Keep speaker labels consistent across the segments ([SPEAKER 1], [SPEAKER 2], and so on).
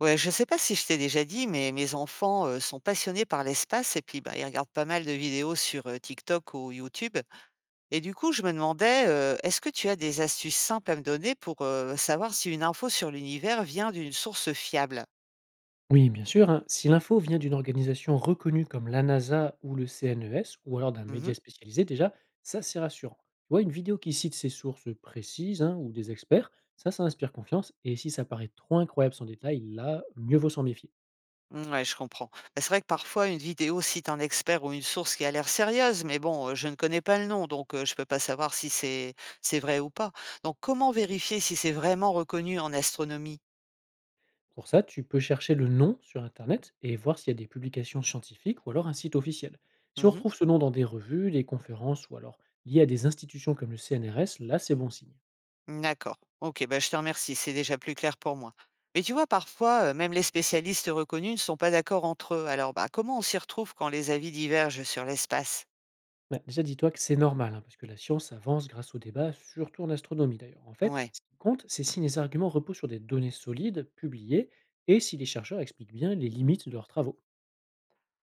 [SPEAKER 1] Ouais, je sais pas si je t'ai déjà dit, mais mes enfants, sont passionnés par l'espace et puis, bah, ils regardent pas mal de vidéos sur, TikTok ou YouTube et du coup, je me demandais, est-ce que tu as des astuces simples à me donner pour, savoir si une info sur l'univers vient d'une source fiable?
[SPEAKER 2] Oui, bien sûr, hein. Si l'info vient d'une organisation reconnue comme la NASA ou le CNES, ou alors d'un
[SPEAKER 1] Mmh mh.
[SPEAKER 2] média spécialisé, déjà, ça c'est rassurant. Tu vois, une vidéo qui cite ses sources précises hein, ou des experts, ça inspire confiance. Et si ça paraît trop incroyable sans détail, là, mieux vaut s'en méfier.
[SPEAKER 1] Mouais, je comprends. Bah, c'est vrai que parfois une vidéo cite un expert ou une source qui a l'air sérieuse, mais bon, je ne connais pas le nom, donc je peux pas savoir si c'est vrai ou pas. Donc comment vérifier si c'est vraiment reconnu en astronomie?
[SPEAKER 2] Pour ça, tu peux chercher le nom sur Internet et voir s'il y a des publications scientifiques ou alors un site officiel. Si on
[SPEAKER 1] Mmh.
[SPEAKER 2] retrouve ce nom dans des revues, des conférences ou alors lié à des institutions comme le CNRS, là, c'est bon signe.
[SPEAKER 1] D'accord. Ok, bah, je te remercie, c'est déjà plus clair pour moi. Mais tu vois, parfois, même les spécialistes reconnus ne sont pas d'accord entre eux. Alors, bah, comment on s'y retrouve quand les avis divergent sur l'espace?
[SPEAKER 2] Bah, déjà, dis-toi que c'est normal, hein, parce que la science avance grâce au débat, surtout en astronomie d'ailleurs. En fait,
[SPEAKER 1] Ouais.
[SPEAKER 2] ce qui compte, c'est si les arguments reposent sur des données solides, publiées, et si les chercheurs expliquent bien les limites de leurs travaux.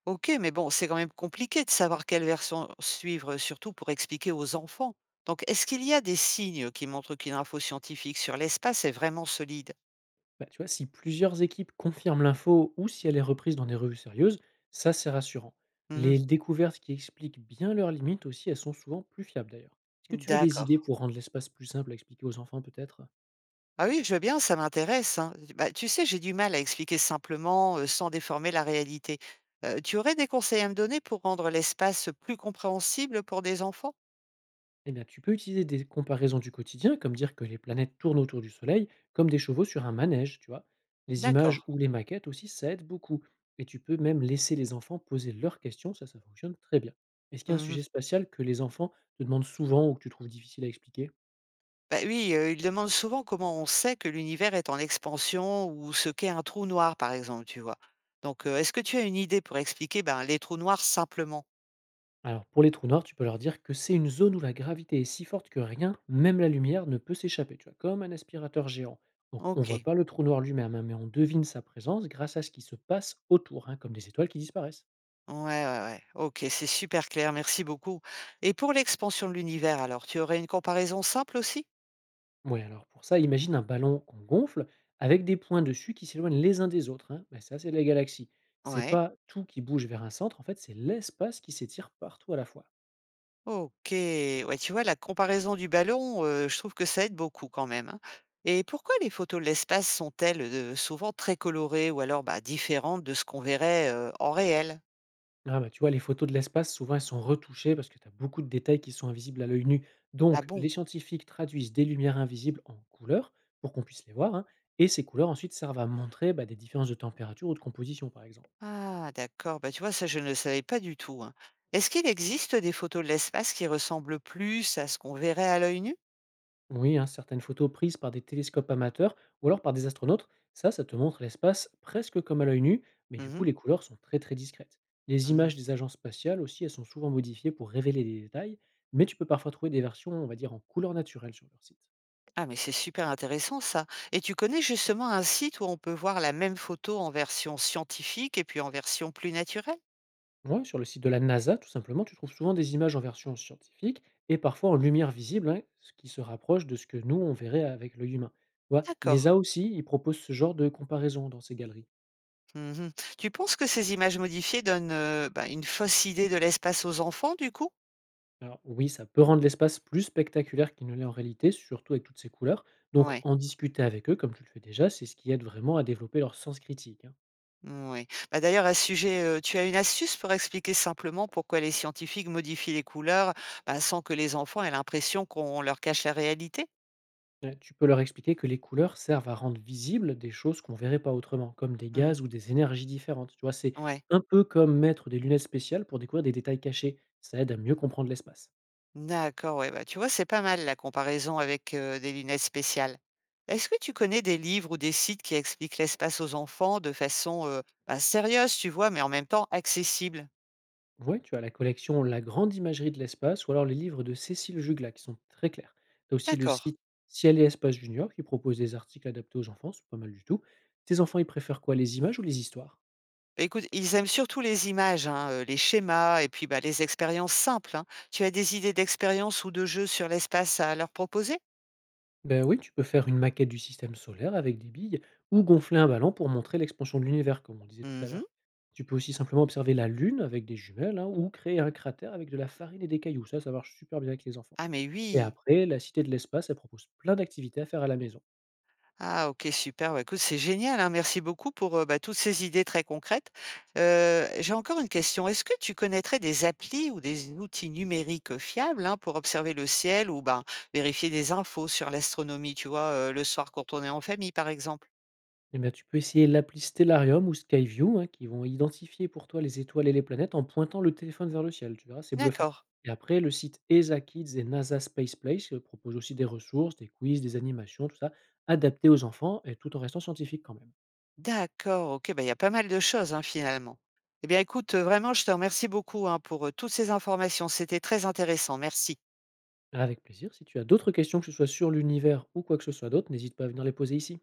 [SPEAKER 1] Ok, mais bon, c'est quand même compliqué de savoir quelle version suivre, surtout pour expliquer aux enfants. Donc, est-ce qu'il y a des signes qui montrent qu'une info scientifique sur l'espace est vraiment solide?
[SPEAKER 2] Bah, tu vois, si plusieurs équipes confirment l'info ou si elle est reprise dans des revues sérieuses, ça c'est rassurant.
[SPEAKER 1] Mhm.
[SPEAKER 2] Les découvertes qui expliquent bien leurs limites aussi, elles sont souvent plus fiables d'ailleurs. Est-ce que tu veux des
[SPEAKER 1] D'accord.
[SPEAKER 2] idées pour rendre l'espace plus simple à expliquer aux enfants peut-être?
[SPEAKER 1] Ah oui, je veux bien, ça m'intéresse, hein. Bah, tu sais, j'ai du mal à expliquer simplement, sans déformer la réalité. Tu aurais des conseils à me donner pour rendre l'espace plus compréhensible pour des enfants?
[SPEAKER 2] Eh bien, tu peux utiliser des comparaisons du quotidien, comme dire que les planètes tournent autour du Soleil, comme des chevaux sur un manège, tu vois. Les
[SPEAKER 1] D'accord.
[SPEAKER 2] images ou les maquettes aussi, ça aide beaucoup. Et tu peux même laisser les enfants poser leurs questions, ça fonctionne très bien. Est-ce qu'il y a un
[SPEAKER 1] Mmh.
[SPEAKER 2] sujet spatial que les enfants te demandent souvent ou que tu trouves difficile à expliquer?
[SPEAKER 1] Bah oui, ils demandent souvent comment on sait que l'univers est en expansion ou ce qu'est un trou noir, par exemple, tu vois? Donc, est-ce que tu as une idée pour expliquer, ben, les trous noirs simplement?
[SPEAKER 2] Alors, pour les trous noirs, tu peux leur dire que c'est une zone où la gravité est si forte que rien, même la lumière, ne peut s'échapper, tu vois, comme un aspirateur géant. Donc, on voit
[SPEAKER 1] OK.
[SPEAKER 2] pas le trou noir lui-même, hein, mais on devine sa présence grâce à ce qui se passe autour, hein, comme des étoiles qui disparaissent.
[SPEAKER 1] Ouais, ouais, ouais. OK, c'est super clair, merci beaucoup. Et pour l'expansion de l'univers alors, tu aurais une comparaison simple aussi?
[SPEAKER 2] Ouais, alors pour ça, imagine un ballon qu'on gonfle avec des points dessus qui s'éloignent les uns des autres, hein. Ben ça, c'est la galaxie. C'est
[SPEAKER 1] Ouais.
[SPEAKER 2] pas tout qui bouge vers un centre, en fait, c'est l'espace qui s'étire partout à la fois.
[SPEAKER 1] OK, ouais, tu vois, la comparaison du ballon, je trouve que ça aide beaucoup quand même, hein. Et pourquoi les photos de l'espace sont-elles, souvent très colorées ou alors, bah, différentes de ce qu'on verrait, en réel?
[SPEAKER 2] Ah bah, tu vois, les photos de l'espace, souvent, elles sont retouchées parce que tu as beaucoup de détails qui sont invisibles à l'œil nu.
[SPEAKER 1] Ah
[SPEAKER 2] Donc,
[SPEAKER 1] bon?
[SPEAKER 2] les scientifiques traduisent des lumières invisibles en couleurs pour qu'on puisse les voir, hein, et ces couleurs, ensuite, servent à montrer bah, des différences de température ou de composition, par exemple.
[SPEAKER 1] Ah d'accord, bah, tu vois, ça je ne le savais pas du tout, hein. Est-ce qu'il existe des photos de l'espace qui ressemblent plus à ce qu'on verrait à l'œil nu?
[SPEAKER 2] Oui, hein, certaines photos prises par des télescopes amateurs ou alors par des astronautes, ça te montre l'espace presque comme à l'œil nu, mais
[SPEAKER 1] Mmh
[SPEAKER 2] du
[SPEAKER 1] mh.
[SPEAKER 2] coup, les couleurs sont très très discrètes. Les images
[SPEAKER 1] Mmh.
[SPEAKER 2] des agences spatiales aussi, elles sont souvent modifiées pour révéler des détails, mais tu peux parfois trouver des versions, on va dire, en couleur naturelle sur leur site.
[SPEAKER 1] Ah mais c'est super intéressant ça. Et tu connais justement un site où on peut voir la même photo en version scientifique et puis en version plus naturelle?
[SPEAKER 2] Ouais, sur le site de la NASA, tout simplement, tu trouves souvent des images en version scientifique et parfois en lumière visible, hein, ce qui se rapproche de ce que nous, on verrait avec l'œil humain. Tu vois,
[SPEAKER 1] D'accord.
[SPEAKER 2] l'ESA aussi, ils proposent ce genre de comparaison dans ces galeries.
[SPEAKER 1] Mmh. Tu penses que ces images modifiées donnent, bah, une fausse idée de l'espace aux enfants du coup?
[SPEAKER 2] Alors oui, ça peut rendre l'espace plus spectaculaire qu'il ne l'est en réalité, surtout avec toutes ces couleurs. Donc
[SPEAKER 1] Ouais,
[SPEAKER 2] en discuter avec eux, comme tu le fais déjà, c'est ce qui aide vraiment à développer leur sens critique, hein.
[SPEAKER 1] mmh, ouais. Bah, d'ailleurs à ce sujet, tu as une astuce pour expliquer simplement pourquoi les scientifiques modifient les couleurs, bah, sans que les enfants aient l'impression qu'on leur cache la réalité?
[SPEAKER 2] Ouais, tu peux leur expliquer que les couleurs servent à rendre visibles des choses qu'on verrait pas autrement, comme des
[SPEAKER 1] Mmh.
[SPEAKER 2] gaz ou des énergies différentes. Tu vois, c'est
[SPEAKER 1] Ouais.
[SPEAKER 2] un peu comme mettre des lunettes spéciales pour découvrir des détails cachés. Ça aide à mieux comprendre l'espace.
[SPEAKER 1] D'accord, ouais, bah, tu vois, c'est pas mal la comparaison avec, des lunettes spéciales. Est-ce que tu connais des livres ou des sites qui expliquent l'espace aux enfants de façon, bah, sérieuse, tu vois, mais en même temps accessible?
[SPEAKER 2] Ouais, tu as la collection La Grande Imagerie de l'Espace ou alors les livres de Cécile Jugla qui sont très clairs. Tu as aussi le
[SPEAKER 1] D'accord.
[SPEAKER 2] site Ciel et Espace Junior qui propose des articles adaptés aux enfants, c'est pas mal du tout. Tes enfants, ils préfèrent quoi, les images ou les histoires?
[SPEAKER 1] Bah, écoute, ils aiment surtout les images, hein, les schémas et puis, bah, les expériences simples, hein. Tu as des idées d'expériences ou de jeux sur l'espace à leur proposer?
[SPEAKER 2] Ben oui, tu peux faire une maquette du système solaire avec des billes ou gonfler un ballon pour montrer l'expansion de l'univers, comme on disait tout à
[SPEAKER 1] Mmh.
[SPEAKER 2] l'heure. Tu peux aussi simplement observer la Lune avec des jumelles hein, ou créer un cratère avec de la farine et des cailloux. Ça marche super bien avec les enfants.
[SPEAKER 1] Ah mais
[SPEAKER 2] Et
[SPEAKER 1] oui.
[SPEAKER 2] après, la Cité de l'Espace, elle propose plein d'activités à faire à la maison.
[SPEAKER 1] Ah OK, super. Bah, écoute, c'est génial, hein. Merci beaucoup pour, bah, toutes ces idées très concrètes. J'ai encore une question. Est-ce que tu connaîtrais des applis ou des outils numériques, fiables, hein, pour observer le ciel ou, ben, vérifier des infos sur l'astronomie, tu vois, le soir quand on est en famille, par exemple?
[SPEAKER 2] Eh bien, tu peux essayer l'appli Stellarium ou Skyview, hein, qui vont identifier pour toi les étoiles et les planètes en pointant le téléphone vers le ciel. Tu verras, c'est bluffant.
[SPEAKER 1] D'accord.
[SPEAKER 2] Et après, le site ESA Kids et NASA Space Place propose aussi des ressources, des quiz, des animations, tout ça, adapté aux enfants et tout en restant scientifique quand même.
[SPEAKER 1] D'accord, OK, bah, il y a pas mal de choses, hein, finalement. Eh bien, écoute, vraiment, je te remercie beaucoup, hein, pour, toutes ces informations. C'était très intéressant. Merci.
[SPEAKER 2] Avec plaisir. Si tu as d'autres questions, que ce soit sur l'univers ou quoi que ce soit d'autre, n'hésite pas à venir les poser ici.